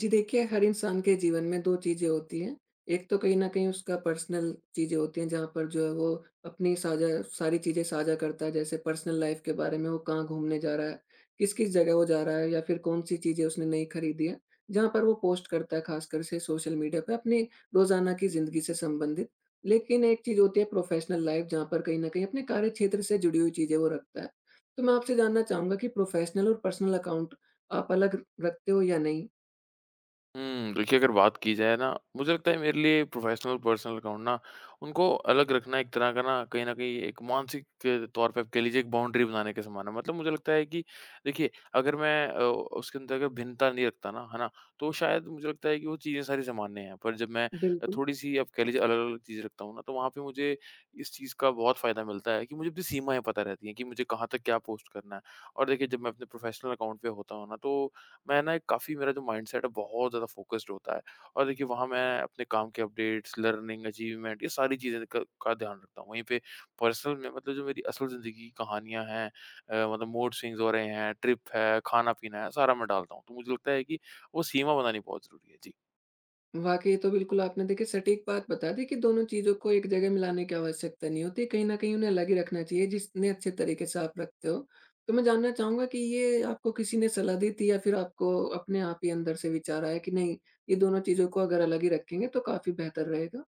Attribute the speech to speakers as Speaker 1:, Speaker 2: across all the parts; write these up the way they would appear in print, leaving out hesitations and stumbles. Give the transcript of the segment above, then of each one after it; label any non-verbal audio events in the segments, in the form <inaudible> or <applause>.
Speaker 1: जी देखिए, हर इंसान के जीवन में 2 चीज़ें होती हैं। एक तो कहीं न कहीं उसका पर्सनल चीज़ें होती हैं जहाँ पर जो है वो अपनी साझा सारी चीज़ें साझा करता है। जैसे पर्सनल लाइफ़ के बारे में वो कहाँ घूमने जा रहा है, किस-किस जगह वो जा रहा है या फिर कौन-सी चीज़ें उसने नई खरीदी है, जहाँ पर वो पोस्ट करता है ख़ासकर से सोशल मीडिया पे अपनी रोज़ाना की ज़िंदगी से संबंधित। लेकिन एक चीज़ होती है प्रोफ़ेशनल लाइफ़ जहाँ पर कहीं न कहीं अपने कार्यक्षेत्र से जुड़ी हुई चीज़ें वो रखता है। तो मैं आपसे जानना चाहूँगा कि प्रोफ़ेशनल और पर्सनल अकाउंट आप अलग रखते हो या नहीं?
Speaker 2: देखिए, अगर बात की जाए ना, मुझे लगता है मेरे लिए प्रोफ़ेशनल पर्सनल अकाउंट ना, उनको अलग रखना एक तरह का ना कहीं न कहीं एक मानसिक के तौर पे आप कह लीजिए एक बाउंड्री बनाने के समान है। मतलब मुझे लगता है कि देखिए, अगर मैं उसके अंदर अगर भिन्नता नहीं रखता ना, है ना? तो शायद मुझे लगता है कि वो चीज़ें सारी सामान्य हैं। पर जब मैं
Speaker 1: बिल्कुल।
Speaker 2: थोड़ी-सी आप कह लीजिए अलग-अलग चीज़ें रखता हूँ ना, तो वहाँ पे मुझे इस चीज़ का बहुत फ़ायदा मिलता है कि मुझे अपनी सीमाएँ पता रहती हैं कि मुझे कहाँ तक क्या पोस्ट करना है। और देखिए, जब मैं अपने प्रोफ़ेशनल अकाउंट पे होता हूँ ना, तो मैं ना एक काफ़ी, मेरा जो माइंडसेट है, बहुत ज़्यादा फोकस्ड होता है। और देखिए, वहाँ मैं अपने काम के अपडेट्स, लर्निंग, अचीवमेंट, ये सारी चीज़ें का ध्यान रखता हूँ। वहीं पे पर्सनल में, मतलब जो मेरी असल ज़िंदगी की कहानियाँ हैं मतलब मूड स्विंग्स हो रहे हैं, ट्रिप है, खाना-पीना है, सारा मैं डालता हूँ। तो मुझे लगता है कि वो सीमा बनानी बहुत ज़रूरी है। जी।
Speaker 1: वाक़ई तो बिल्कुल आपने देखिए सटीक बात बता दी कि दोनों चीज़ों को एक जगह मिलाने की आवश्यकता नहीं होती, कहीं न कहीं उन्हें अलग ही रखना चाहिए जितने अच्छे तरीके से आप रखते हो। तो मैं जानना चाहूँगा कि ये आपको किसी ने सलाह दी थी या फिर आपको अपने आप ही अंदर से विचार आया कि नहीं, ये दोनों चीज़ों को अगर अलग ही रखेंगे तो काफ़ी बेहतर रहेगा?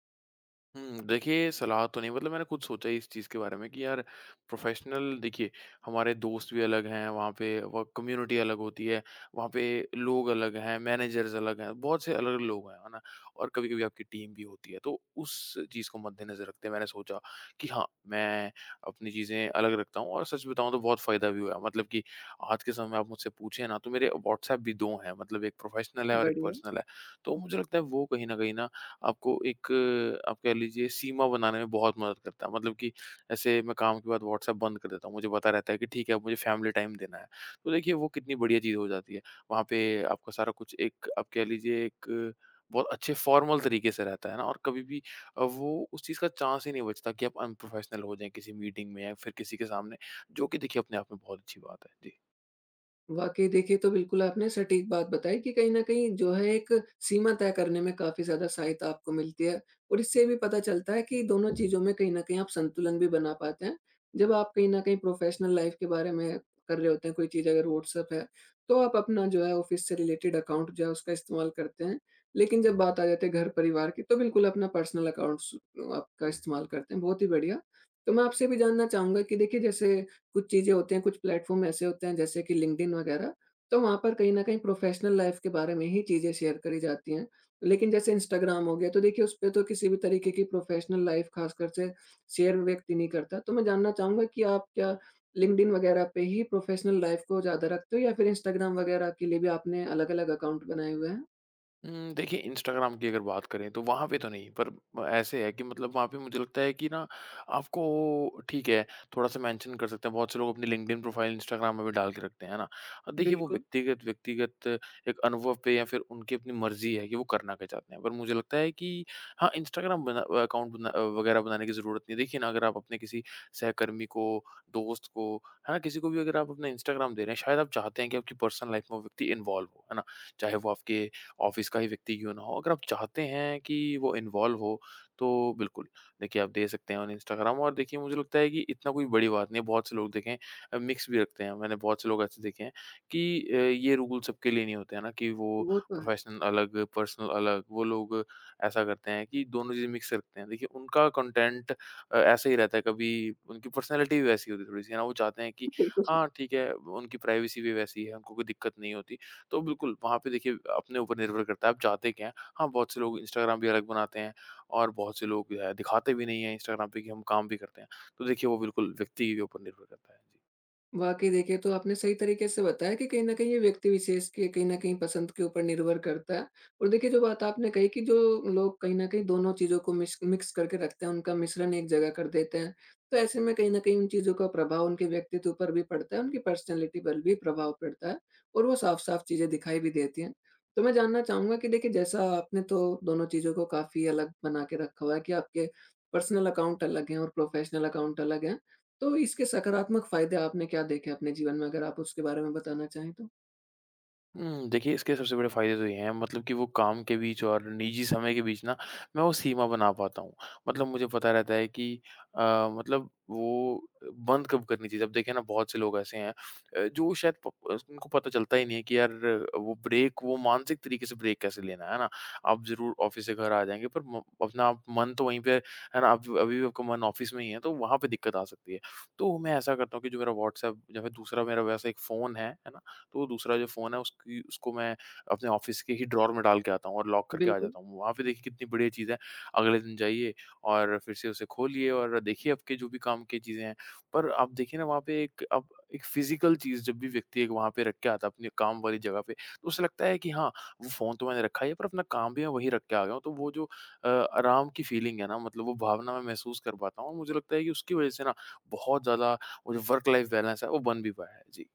Speaker 2: देखिए, सलाह तो नहीं, मतलब मैंने खुद सोचा ही इस चीज़ के बारे में कि यार प्रोफ़ेशनल, देखिए हमारे दोस्त भी अलग हैं, वहाँ पे वर्क कम्युनिटी अलग होती है, वहाँ पे लोग अलग हैं, मैनेजर्स अलग हैं, बहुत से अलग-अलग लोग हैं, है ना? और कभी-कभी आपकी टीम भी होती है, तो उस चीज़ को मद्देनज़र रखते मैंने सोचा कि हाँ, मैं अपनी चीज़ें अलग रखता हूँ, और सच बताऊँ तो बहुत फ़ायदा भी हुआ। मतलब कि आज के समय में आप मुझसे पूछें ना, तो मेरे व्हाट्सएप भी 2 हैं, मतलब एक प्रोफ़ेशनल है और एक
Speaker 1: बढ़िया।
Speaker 2: पर्सनल है। तो मुझे लगता है वो कहीं न कहीं ना आपको एक, आप कह लीजिए, सीमा बनाने में बहुत मदद करता है। मतलब कि ऐसे मैं काम के बाद व्हाट्सएप बंद कर देता हूँ। मुझे पता रहता है कि ठीक है, अब मुझे फैमिली टाइम देना है। तो देखिए, वो कितनी बढ़िया चीज़ हो जाती है। वहाँ पे आपका सारा कुछ एक, आप कह लीजिए, एक बहुत अच्छे फॉर्मल तरीके से रहता है ना, और कभी भी वो उस चीज़ का चांस ही नहीं बचता कि आप अनप्रोफेशनल हो जाएँ किसी मीटिंग में या फिर किसी के सामने, जो कि देखिए अपने आप में बहुत अच्छी बात है। जी।
Speaker 1: वाक़ई देखिए, तो बिल्कुल आपने सटीक बात बताई कि कहीं न कहीं जो है एक सीमा तय करने में काफ़ी ज़्यादा सहायता आपको मिलती है और इससे ये भी पता चलता है कि दोनों चीज़ों में कहीं न कहीं आप संतुलन भी बना पाते हैं। जब आप कहीं न कहीं प्रोफ़ेशनल लाइफ़ के बारे में कर रहे होते हैं, कोई चीज़ अगर व्हाट्सएप है, तो आप अपना जो है ऑफ़िस से रिलेटेड अकाउंट जो है उसका इस्तेमाल करते हैं। लेकिन जब बात आ जाती है घर-परिवार की, तो बिल्कुल अपना पर्सनल अकाउंट्स आपका इस्तेमाल करते हैं। बहुत ही बढ़िया। तो मैं आपसे भी जानना चाहूँगा कि देखिए जैसे कुछ चीज़ें होती हैं, कुछ प्लेटफ़ॉर्म ऐसे होते हैं जैसे कि लिंक्डइन वगैरह, तो वहाँ पर कहीं न कहीं प्रोफ़ेशनल लाइफ़ के बारे में ही चीज़ें शेयर करी जाती हैं। लेकिन जैसे इंस्टाग्राम हो गया, तो देखिए उस पे तो किसी भी तरीके की प्रोफ़ेशनल लाइफ़ ख़ासकर से शेयर व्यक्ति नहीं करता। तो मैं जानना चाहूँगा कि आप क्या लिंक्डइन वगैरह पे ही प्रोफ़ेशनल लाइफ़ को ज़्यादा रखते हो या फिर इंस्टाग्राम वगैरह के लिए भी आपने अलग-अलग अकाउंट बनाए हुए हैं?
Speaker 2: देखिए, इंस्टाग्राम की अगर बात करें तो वहाँ पे तो नहीं, पर ऐसे है कि मतलब वहाँ पे मुझे लगता है कि ना, आपको ठीक है, थोड़ा-सा मेंशन कर सकते हैं। बहुत से लोग अपनी लिंक्डइन प्रोफाइल इंस्टाग्राम में भी डाल के रखते हैं, है ना? अब देखिए, वो
Speaker 1: बिल्कुल।
Speaker 2: व्यक्तिगत व्यक्तिगत एक अनुभव पे, या फिर उनकी अपनी मर्ज़ी है कि वो करना क्या चाहते हैं। पर मुझे लगता है कि हाँ, इंस्टाग्राम बना अकाउंट बना वगैरह बनाने की ज़रूरत नहीं है। देखिए ना, अगर आप अपने किसी सहकर्मी को, दोस्त को, है ना? किसी को भी अगर आप अपना इंस्टाग्राम दे रहे हैं, शायद आप चाहते हैं कि आपकी पर्सनल लाइफ़ में वो व्यक्ति इन्वॉल्व हो, है ना? चाहे वो आपके ऑफिस का ही व्यक्ति क्यों ना हो, अगर आप चाहते हैं कि वो इन्वॉल्व हो, तो बिल्कुल, देखिए आप दे सकते हैं ऑन इंस्टाग्राम। और देखिए, मुझे लगता है कि इतना कोई बड़ी बात नहीं है, बहुत से लोग देखें मिक्स भी रखते हैं। मैंने बहुत से लोग ऐसे देखे हैं कि ये रूल सबके लिए नहीं होते हैं ना कि वो
Speaker 1: वो तो है।
Speaker 2: प्रोफेशनल अलग, पर्सनल अलग, वो लोग ऐसा करते हैं कि दोनों चीज़ें मिक्स रखते हैं। देखिए, उनका कंटेंट ऐसा ही रहता है, कभी उनकी पर्सनैलिटी भी वैसी होती है, थोड़ी-सी, है ना? वो चाहते हैं कि
Speaker 1: <laughs> बिल्कुल।
Speaker 2: हाँ, ठीक है, उनकी प्राइवेसी भी वैसी है, उनको कोई दिक्कत नहीं होती। तो बिल्कुल, वहाँ पे देखिए अपने ऊपर निर्भर करता है आप चाहते क्या हैं। हाँ, बहुत से लोग इंस्टाग्राम भी अलग बनाते हैं, और बहुत से लोग जो है दिखाते भी नहीं हैं इंस्टाग्राम पे कि हम काम भी करते हैं। तो देखिए, वो बिल्कुल व्यक्ति के ऊपर निर्भर करता है। जी।
Speaker 1: वाक़ई देखिए, तो आपने सही तरीके से बताया कि कहीं न कहीं ये व्यक्ति विशेष के कहीं न कहीं पसंद के ऊपर निर्भर करता है। और देखिए, जो बात आपने कही कि जो लोग कहीं न कहीं दोनों चीज़ों को मिश मिक्स करके रखते हैं, उनका मिश्रण एक जगह कर देते हैं। तो ऐसे में कहीं न कहीं उन चीज़ों का प्रभाव उनके व्यक्तित्व पर भी पड़ता है, उनकी पर्सनैलिटी पर भी प्रभाव पड़ता है और वो साफ-साफ चीज़ें दिखाई भी देती हैं। तो मैं जानना चाहूँगा कि देखिए, जैसा आपने तो दोनों चीज़ों को काफ़ी अलग बना के रखा हुआ है कि आपके पर्सनल अकाउंट अलग हैं और प्रोफ़ेशनल अकाउंट अलग हैं। तो इसके सकारात्मक फ़ायदे आपने क्या देखे अपने जीवन में? अगर आप उसके बारे में बताना चाहें तो?
Speaker 2: देखिए, इसके सबसे बड़े फ़ायदे तो ये हैं, मतलब कि वो काम के बीच और निजी समय के बीच ना मैं वो सीमा बना पाता हूँ। मतलब मुझे पता रहता है कि अ, मतलब वो बंद कब करनी चाहिए। अब देखिए ना, बहुत से लोग ऐसे हैं जो शायद प उनको पता चलता ही नहीं है कि यार वो ब्रेक, वो मानसिक तरीके से ब्रेक कैसे लेना है ना? आप ज़रूर ऑफ़िस से घर आ जाएँगे, पर म अपना आप मन तो वहीं पे, है ना? आप अभी भी, आपका मन ऑफ़िस में ही है, तो वहाँ पे दिक्कत आ सकती है। तो मैं ऐसा करता हूँ कि जो मेरा व्हाट्सएप जो है, दूसरा मेरा वैसे एक फ़ोन है ना? तो दूसरा जो फ़ोन है उसकी उसको मैं अपने ऑफ़िस के ही ड्रॉर में डाल के आता हूँ और लॉक करके आ
Speaker 1: बिल्कुल।
Speaker 2: जाता हूँ। वहाँ पे देखिए कितनी बढ़िया चीज़ है, अगले दिन जाइए और फिर से उसे खोलिए और देखिए आपके जो भी काम की चीज़ें हैं। पर आप देखिए ना, वहाँ पे एक अब एक फ़िज़िकल चीज़ जब भी व्यक्ति एक वहाँ पे रख के आता है अपने काम वाली जगह पे, तो उसे लगता है कि हाँ, वो फ़ोन तो मैंने रखा ही है, पर अपना काम भी मैं वहीं रख के आ गया हूँ। तो वो जो आराम की फ़ीलिंग है ना, मतलब वो भावना मैं महसूस कर पाता हूँ, और मुझे लगता है कि उसकी वज़ह से ना बहुत ज़्यादा वो जो वर्क लाइफ़ बैलेंस है वो बन भी पाया है। जी।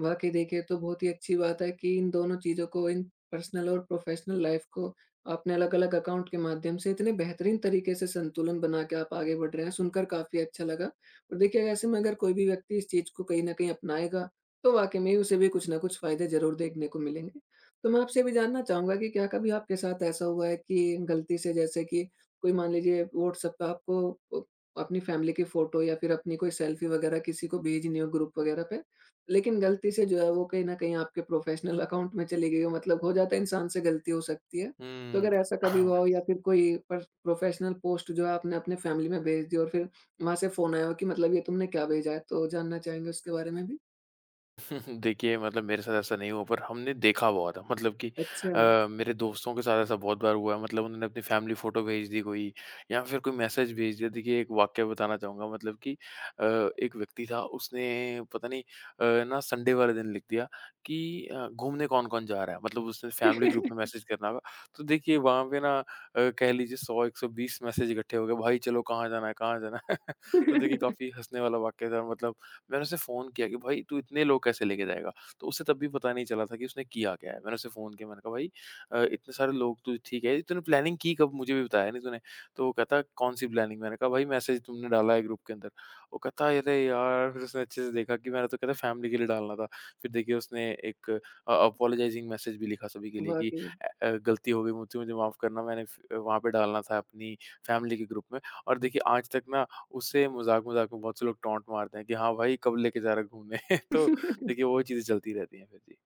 Speaker 1: वाक़ई देखिए, ये तो बहुत ही अच्छी बात है कि इन दोनों चीज़ों को, इन पर्सनल और प्रोफ़ेशनल लाइफ़ को आपने अलग-अलग अकाउंट के माध्यम से इतने बेहतरीन तरीके से संतुलन बना के आप आगे बढ़ रहे हैं, सुनकर काफ़ी अच्छा लगा। और देखिए, ऐसे में अगर कोई भी व्यक्ति इस चीज़ को कहीं न कहीं अपनाएगा, तो वाक़ई में उसे भी कुछ न कुछ फ़ायदे ज़रूर देखने को मिलेंगे। तो मैं आपसे ये भी जानना चाहूँगा कि क्या कभी आपके साथ ऐसा हुआ है कि गलती से जैसे कि कोई मान लीजिए व्हाट्सएप पे आपको अ, अपनी फ़ैमिली की फ़ोटो या फिर अपनी कोई सेल्फ़ी वग़ैरह किसी को भेजनी हो ग्रुप वग़ैरह पे, लेकिन गलती से जो है वो कहीं न कहीं आपके प्रोफ़ेशनल अकाउंट में चली गई हो मतलब हो जाता है इंसान से गलती हो सकती है। तो
Speaker 2: हुँ।
Speaker 1: अगर ऐसा कभी
Speaker 2: <laughs>
Speaker 1: हुआ हो या फिर कोई पर प्रोफ़ेशनल पोस्ट जो है आपने अपने फैमिली में भेज दी और फिर वहाँ से फ़ोन आया हो कि मतलब ये तुमने क्या भेजा है? तो जानना चाहेंगे उसके बारे में भी?
Speaker 2: देखिए, मतलब मेरे साथ ऐसा नहीं हुआ, पर हमने देखा बहुत है, मतलब कि
Speaker 1: अच्छा।
Speaker 2: मेरे दोस्तों के साथ ऐसा बहुत बार हुआ है, मतलब उन्होंने अपनी फैमिली फ़ोटो भेज दी कोई, या फिर कोई मैसेज भेज दिया। देखिए, एक वाक़या बताना चाहूँगा, मतलब कि एक व्यक्ति था, उसने पता नहीं ना संडे वाले दिन लिख दिया कि घूमने कौन-कौन जा रहा है, मतलब उसने फैमिली ग्रुप में मैसेज करना होगा। तो देखिए, वहाँ पे ना कह लीजिए 100-120 मैसेज इकट्ठे हो गए, भाई चलो कहाँ जाना है, कहाँ जाना है? <laughs> तो देखिए, काफ़ी
Speaker 1: <laughs>
Speaker 2: हँसने वाला वाक़या था, मतलब मैंने उसे फ़ोन किया कि भाई, तू इतने लोग कैसे लेके जाएगा? तो उसे तब भी पता नहीं चला था कि उसने किया क्या है। मैंने उसे फ़ोन किया, मैंने कहा, भाई इतने सारे लोग, तू ठीक है, तूने प्लानिंग की कब, मुझे भी बताया नहीं तूने? तो वो कहता, कौन-सी प्लानिंग? मैंने कहा, भाई मैसेज तुमने डाला है ग्रुप के अंदर। वो कहता, अरे यार! फिर उसने अच्छे से देखा कि मैंने, तो कहता, फैमिली के लिए डालना था। फिर देखिए उसने एक अपोलोजाइज़िंग मैसेज भी लिखा सभी के लिए कि
Speaker 1: वाक़ई।
Speaker 2: गलती हो गई मुझसे, मुझे माफ़ करना, मैंने फ वहाँ पे डालना था अपनी फैमिली के ग्रुप में। और देखिए, आज तक ना उससे मज़ाक-मज़ाक में बहुत से लोग टॉन्ट मारते हैं कि हाँ भाई, कब लेके जा रहा है घूमने? <laughs> तो
Speaker 1: <laughs>
Speaker 2: देखिए वो चीज़ें चलती रहती हैं फिर। जी।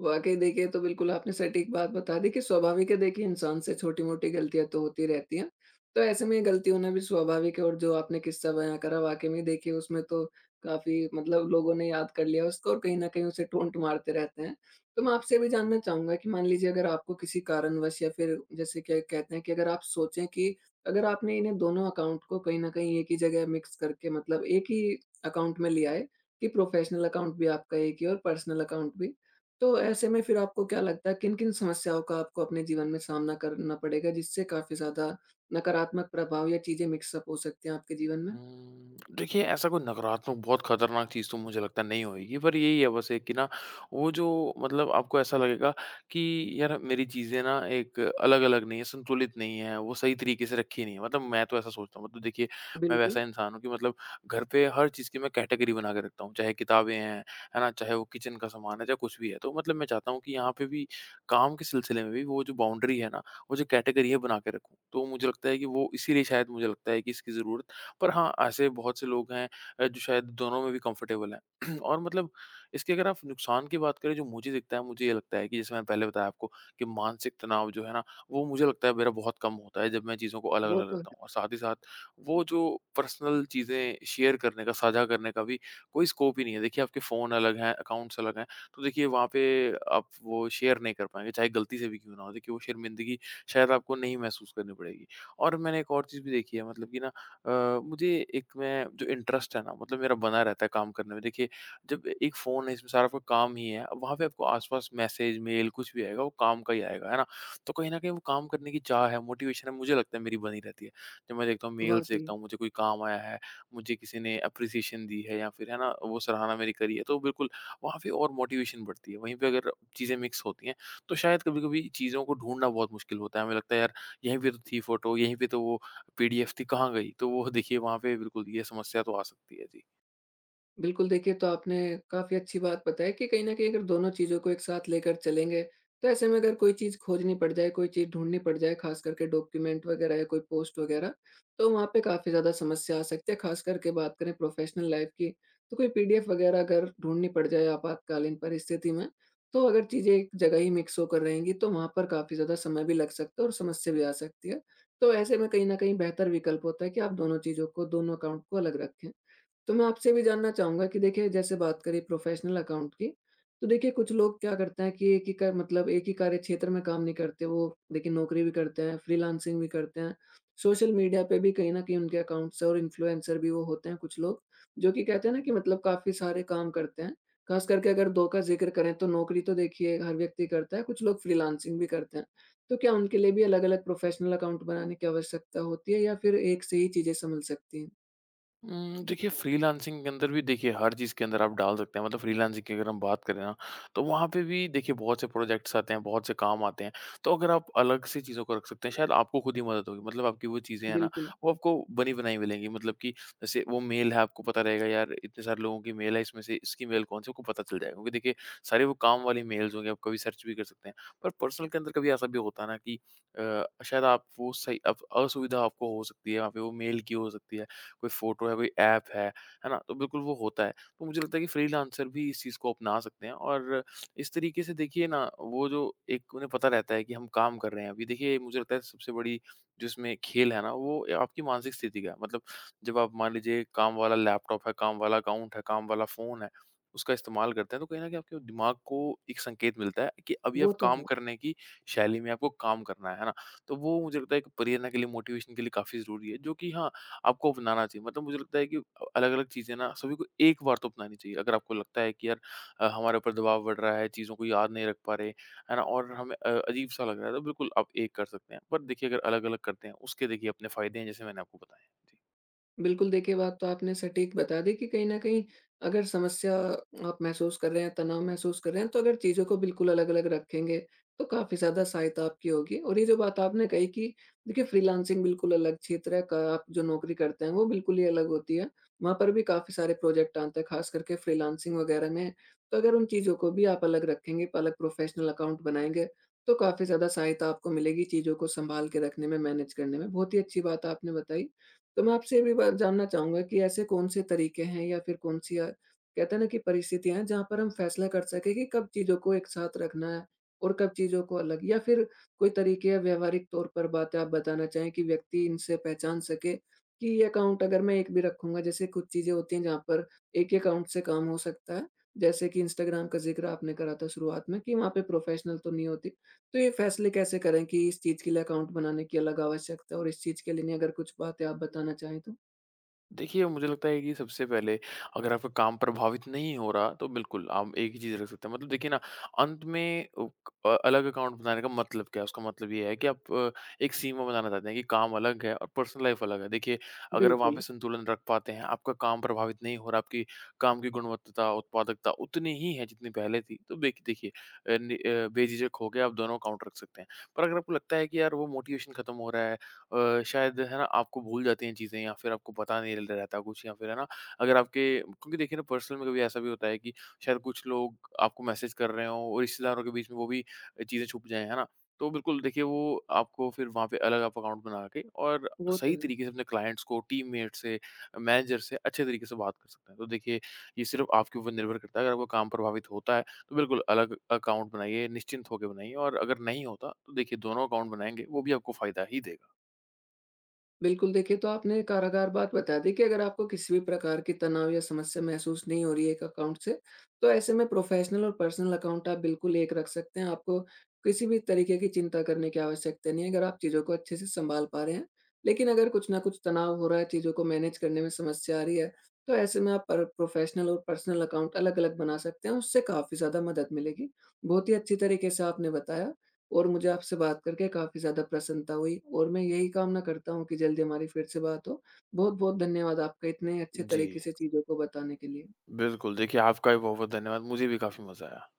Speaker 1: वाक़ई देखिए, ये तो बिल्कुल आपने सटीक बात बता दी कि स्वाभाविक है देखिए इंसान से छोटी-मोटी गलतियाँ तो होती रहती हैं। तो ऐसे में ये गलती होना भी स्वाभाविक है और जो आपने किस्सा बयाँ करा वाक़ई में देखिए उसमें तो काफ़ी मतलब लोगों ने याद कर लिया उसको और कहीं न कहीं उसे टोंट मारते रहते हैं। तो मैं आपसे ये भी जानना चाहूँगा कि मान लीजिए अगर आपको किसी कारणवश या फिर जैसे क्या कहते हैं कि अगर आप सोचें कि अगर आपने इन्हें दोनों अकाउंट को कहीं न कहीं एक ही जगह मिक्स करके मतलब एक ही अकाउंट में लिया है कि प्रोफ़ेशनल अकाउंट भी आपका एक ही और पर्सनल अकाउंट भी। तो ऐसे में फिर आपको क्या लगता है किन-किन समस्याओं का आपको अपने जीवन में सामना करना पड़ेगा जिससे काफ़ी ज़्यादा नकारात्मक प्रभाव या चीज़ें मिक्स अप हो सकती हैं आपके जीवन में?
Speaker 2: देखिए, ऐसा कोई नकारात्मक बहुत खतरनाक चीज़ तो मुझे लगता है नहीं होएगी, पर यही है बस एक, कि ना वो जो, मतलब आपको ऐसा लगेगा कि यार मेरी चीज़ें ना एक अलग-अलग नहीं है, संतुलित नहीं है, वो सही तरीके से रखी नहीं है। मतलब मैं तो ऐसा सोचता हूँ, मतलब देखिए, मैं वैसा
Speaker 1: बिल्कुल,
Speaker 2: इंसान हूँ कि मतलब घर पे हर चीज़ की मैं कैटेगरी बना के रखता हूँ, चाहे किताबें हैं, है ना? चाहे वो किचन का सामान है, चाहे कुछ भी है। तो मतलब मैं चाहता हूँ कि यहाँ पे भी काम के सिलसिले में भी वो जो बाउंड्री है ना, वो जो कैटेगरी है बना के रखूँ। तो मुझे लगता है कि वो इसीलिए शायद मुझे लगता है कि इसकी ज़रूरत। पर हाँ, ऐसे बहुत से लोग हैं जो शायद दोनों में भी कंफर्टेबल हैं। <clears throat> और मतलब इसके अगर आप नुकसान की बात करें जो मुझे दिखता है, मुझे ये लगता है कि जैसे मैंने पहले बताया आपको कि मानसिक तनाव जो है ना, वो मुझे लगता है मेरा बहुत कम होता है जब मैं चीज़ों को
Speaker 1: वो
Speaker 2: अलग-अलग
Speaker 1: तो है,
Speaker 2: रखता हूँ। और साथ ही साथ वो जो पर्सनल चीज़ें शेयर करने का, साझा करने का भी कोई स्कोप ही नहीं है। देखिए आपके फ़ोन अलग हैं, अकाउंट्स अलग हैं, तो देखिए वहाँ पे आप वो शेयर नहीं कर पाएँगे, चाहे गलती से भी क्यों ना हो। देखिए वो शर्मिंदगी शायद आपको नहीं महसूस करनी पड़ेगी। और मैंने एक और चीज़ भी देखी है मतलब कि ना, अ, मुझे एक मैं जो इंटरेस्ट है ना मतलब मेरा बना रहता है काम करने में। देखिए जब एक फ़ोन है इसमें सारा आपका काम ही है, वहाँ पे आपको आस-पास मैसेज, मेल कुछ भी आएगा वो काम का ही आएगा, है ना? तो कहीं न कहीं वो काम करने की चाह है, मोटिवेशन है मुझे लगता है मेरी बनी रहती है। जब मैं देखता हूँ मेल्स
Speaker 1: वाक़ई।
Speaker 2: देखता हूँ मुझे कोई काम आया है, मुझे किसी ने एप्रिसिएशन दी है या फिर है ना वो सराहना मेरी करी है, तो बिल्कुल वहाँ पे और मोटिवेशन बढ़ती है। वहीं पे अगर चीज़ें मिक्स होती हैं, तो शायद कभी-कभी चीज़ों को ढूँढना बहुत मुश्किल होता है। हमें लगता है यार यहीं पे तो थी फ़ोटो, यहीं पे तो वो पीडीएफ थी, कहाँ गई? तो वो देखिए वहाँ पे बिल्कुल ये समस्या तो आ सकती है। जी।
Speaker 1: बिल्कुल, देखिए तो आपने काफ़ी अच्छी बात बताई कि कहीं न कहीं अगर दोनों चीज़ों को एक साथ लेकर चलेंगे, तो ऐसे में अगर कोई चीज़ खोजनी पड़ जाए, कोई चीज़ ढूँढनी पड़ जाए, ख़ास करके डॉक्यूमेंट वग़ैरह या कोई पोस्ट वग़ैरह, तो वहाँ पे काफ़ी ज़्यादा समस्या आ सकती है। ख़ास करके बात करें प्रोफ़ेशनल लाइफ़ की, तो कोई पीडीएफ वग़ैरह अगर ढूँढनी पड़ जाए आपातकालीन परिस्थिति में, तो अगर चीज़ें एक जगह ही मिक्स होकर रहेंगी, तो वहाँ पर काफ़ी ज़्यादा समय भी लग सकता है और समस्या भी आ सकती है। तो ऐसे में कहीं न कहीं बेहतर विकल्प होता है कि आप दोनों चीज़ों को, दोनों अकाउंट को अलग रखें। तो मैं आपसे भी जानना चाहूँगा कि देखिए जैसे बात करें प्रोफ़ेशनल अकाउंट की, तो देखिए कुछ लोग क्या करते हैं कि एक ही क मतलब एक ही कार्य क्षेत्र में काम नहीं करते, वो देखिए नौकरी भी करते हैं, फ्रीलांसिंग भी करते हैं। सोशल मीडिया पे भी कहीं न कहीं उनके अकाउंट्स है, और इन्फ्लुएंसर भी वो होते हैं कुछ लोग, जो कि कहते हैं ना कि मतलब काफ़ी सारे काम करते हैं। ख़ास करके अगर 2 का ज़िक्र करें तो नौकरी तो देखिए हर व्यक्ति करता है, कुछ लोग फ्रीलांसिंग भी करते हैं। तो क्या उनके लिए भी अलग-अलग प्रोफ़ेशनल अकाउंट बनाने की आवश्यकता होती है या फिर एक से ही चीज़ें सँभल सकती हैं?
Speaker 2: देखिए फ्रीलांसिंग के अंदर भी देखिए हर चीज़ के अंदर आप डाल सकते हैं। मतलब फ्रीलांसिंग की अगर हम बात करें ना, तो वहाँ पे भी देखिए बहुत से प्रोजेक्ट्स आते हैं, बहुत से काम आते हैं। तो अगर आप अलग से चीज़ों को रख सकते हैं, शायद आपको खुद ही मदद होगी। मतलब आपकी वो चीज़ें हैं ना,
Speaker 1: बिल्कुल,
Speaker 2: वो आपको बनी-बनाई मिलेंगी। मतलब कि जैसे वो मेल है, आपको पता रहेगा यार इतने सारे लोगों की मेल है, इसमें से इसकी मेल कौन-सी है आपको पता चल जाएगा। क्योंकि देखिए सारी वो काम वाली मेल्स होंगी, आप कभी सर्च भी कर सकते हैं। पर पर्सनल के अंदर कभी ऐसा भी होता है ना कि शायद आप वो सही अप असुविधा आपको हो सकती है, वहाँ पे वो मेल की हो सकती है। कोई फ़ोटो है, कोई ऐप है ना? तो बिल्कुल वो होता है। तो मुझे लगता है कि फ्रीलांसर भी इस चीज़ को अपना सकते हैं, और इस तरीके से देखिए ना वो जो एक उन्हें पता रहता है कि हम काम कर रहे हैं अभी। देखिए मुझे लगता है सबसे बड़ी जो इसमें खेल है ना वो आपकी मानसिक स्थिति का है। मतलब जब आप मान लीजिए काम वाला लैपटॉप है, काम वाला अकाउंट है, काम वाला फ़ोन है, उसका इस्तेमाल करते हैं, तो कहीं न कहीं आपके दिमाग को एक संकेत मिलता है कि अभी आप
Speaker 1: वो तो
Speaker 2: काम
Speaker 1: है।
Speaker 2: करने की शैली में आपको काम करना है ना? तो वो मुझे लगता है एक प्रेरणा के लिए, मोटिवेशन के लिए काफ़ी ज़रूरी है, जो कि हाँ, आपको अपनाना चाहिए। मतलब मुझे लगता है कि अलग-अलग चीज़ें ना सभी को एक बार तो अपनानी चाहिए। अगर आपको लगता है कि यार हमारे ऊपर दबाव बढ़ रहा है, चीज़ों को याद नहीं रख पा रहे, है ना? और हमें अजीब-सा लग रहा है, तो बिल्कुल आप एक कर सकते हैं। पर देखिए अगर अलग-अलग करते हैं, उसके देखिए अपने फ़ायदे हैं, जैसे मैंने आपको बताए। जी।
Speaker 1: बिल्कुल, देखिए बात तो आपने सटीक बता दी कि कहीं न कहीं अगर समस्या आप महसूस कर रहे हैं, तनाव महसूस कर रहे हैं, तो अगर चीज़ों को बिल्कुल अलग-अलग रखेंगे, तो काफ़ी ज़्यादा सहायता आपकी होगी। और ये जो बात आपने कही कि देखिए फ्रीलांसिंग बिल्कुल अलग क्षेत्र है, क आप जो नौकरी करते हैं वो बिल्कुल ही अलग होती है। वहाँ पर भी काफ़ी सारे प्रोजेक्ट आते हैं, ख़ास करके फ्रीलांसिंग वग़ैरह में। तो अगर उन चीज़ों को भी आप अलग रखेंगे, अलग प्रोफ़ेशनल अकाउंट बनाएँगे, तो काफ़ी ज़्यादा सहायता आपको मिलेगी चीज़ों को सँभाल के रखने में, मैनेज करने में। बहुत ही अच्छी बात आपने बताई। तो मैं आपसे ये भी बात जानना चाहूँगा कि ऐसे कौन-से तरीके हैं या फिर कहते हैं ना कि परिस्थितियाँ हैं जहाँ पर हम फैसला कर सकें कि कब चीज़ों को एक साथ रखना है और कब चीज़ों को अलग? या फिर कोई तरीके या व्यावहारिक तौर पर बातें आप बताना चाहें कि व्यक्ति इनसे पहचान सके कि ये अकाउंट अगर मैं एक भी रखूँगा जैसे कुछ चीज़ें होती हैं जहाँ पर एक ही अकाउंट से काम हो सकता है। जैसे कि इंस्टाग्राम का ज़िक्र आपने करा था शुरुआत में कि वहाँ पे प्रोफ़ेशनल तो नहीं होती। तो ये फैसले कैसे करें कि इस चीज़ के लिए अकाउंट बनाने की अलग आवश्यकता है और इस चीज़ के लिए नहीं? अगर कुछ बातें आप बताना चाहें तो?
Speaker 2: देखिए, मुझे लगता है कि सबसे पहले अगर आपका काम प्रभावित नहीं हो रहा, तो बिल्कुल आप एक ही चीज़ रख सकते हैं। मतलब देखिए ना, अंत में अलग अकाउंट बनाने का मतलब क्या है? उसका मतलब ये है कि आप एक सीमा बनाना चाहते हैं कि काम अलग है और पर्सनल लाइफ़ अलग है। देखिए, अगर वहाँ पे
Speaker 1: बिल्कुल,
Speaker 2: संतुलन रख पाते हैं, आपका काम प्रभावित नहीं हो रहा, आपकी काम की गुणवत्ता, उत्पादकता उतनी ही है जितनी पहले थी, तो बेक देखिए बेझिझक होके आप दोनों अकाउंट रख सकते हैं। पर अगर आपको लगता है कि यार वो मोटिवेशन खत्म हो रहा है, शायद है ना आपको भूल जाती हैं चीज़ें, या फिर आपको पता नहीं रहता कुछ, या फिर है ना अगर आपके, क्योंकि देखिए ना पर्सनल में कभी ऐसा भी होता है कि शायद कुछ लोग आपको मैसेज कर रहे हों, और रिश्तेदारों के बीच में वो भी चीज़ें छुप जाएं, है ना? तो बिल्कुल देखिए वो आपको फिर वहाँ पे अलग आप अकाउंट बना के और
Speaker 1: वो तो
Speaker 2: सही
Speaker 1: है।
Speaker 2: तरीके से अपने क्लाइंट्स को, टीममेट से, मैनेजर से अच्छे तरीके से बात कर सकते हैं। तो देखिए ये सिर्फ आपके ऊपर निर्भर करता है। अगर आपका काम प्रभावित होता है, तो बिल्कुल अलग अकाउंट बनाइए, निश्चिंत होकर बनाइए। और अगर नहीं होता, तो देखिए दोनों अकाउंट बनाएंगे वो भी आपको फायदा ही देगा।
Speaker 1: बिल्कुल, देखिए तो आपने कारागार बात बता दी कि अगर आपको किसी भी प्रकार की तनाव या समस्या महसूस नहीं हो रही है एक अकाउंट से, तो ऐसे में प्रोफ़ेशनल और पर्सनल अकाउंट आप बिल्कुल एक रख सकते हैं। आपको किसी भी तरीके की चिंता करने की आवश्यकता नहीं है, अगर आप चीज़ों को अच्छे से सँभाल पा रहे हैं। लेकिन अगर कुछ न कुछ तनाव हो रहा है, चीज़ों को मैनेज करने में समस्या आ रही है, तो ऐसे में आप पर प्रोफ़ेशनल और पर्सनल अकाउंट अलग-अलग बना सकते हैं, उससे काफ़ी ज़्यादा मदद मिलेगी। बहुत ही अच्छी तरीके से आपने बताया। और मुझे आपसे बात करके काफ़ी ज़्यादा प्रसन्नता हुई और मैं यही कामना करता हूँ कि जल्दी हमारी फिर से बात हो। बहुत-बहुत धन्यवाद आपका इतने अच्छे
Speaker 2: जी,
Speaker 1: तरीके से चीज़ों को बताने के लिए।
Speaker 2: बिल्कुल। देखिए, आपका भी बहुत-बहुत धन्यवाद। मुझे भी काफ़ी मज़ा आया।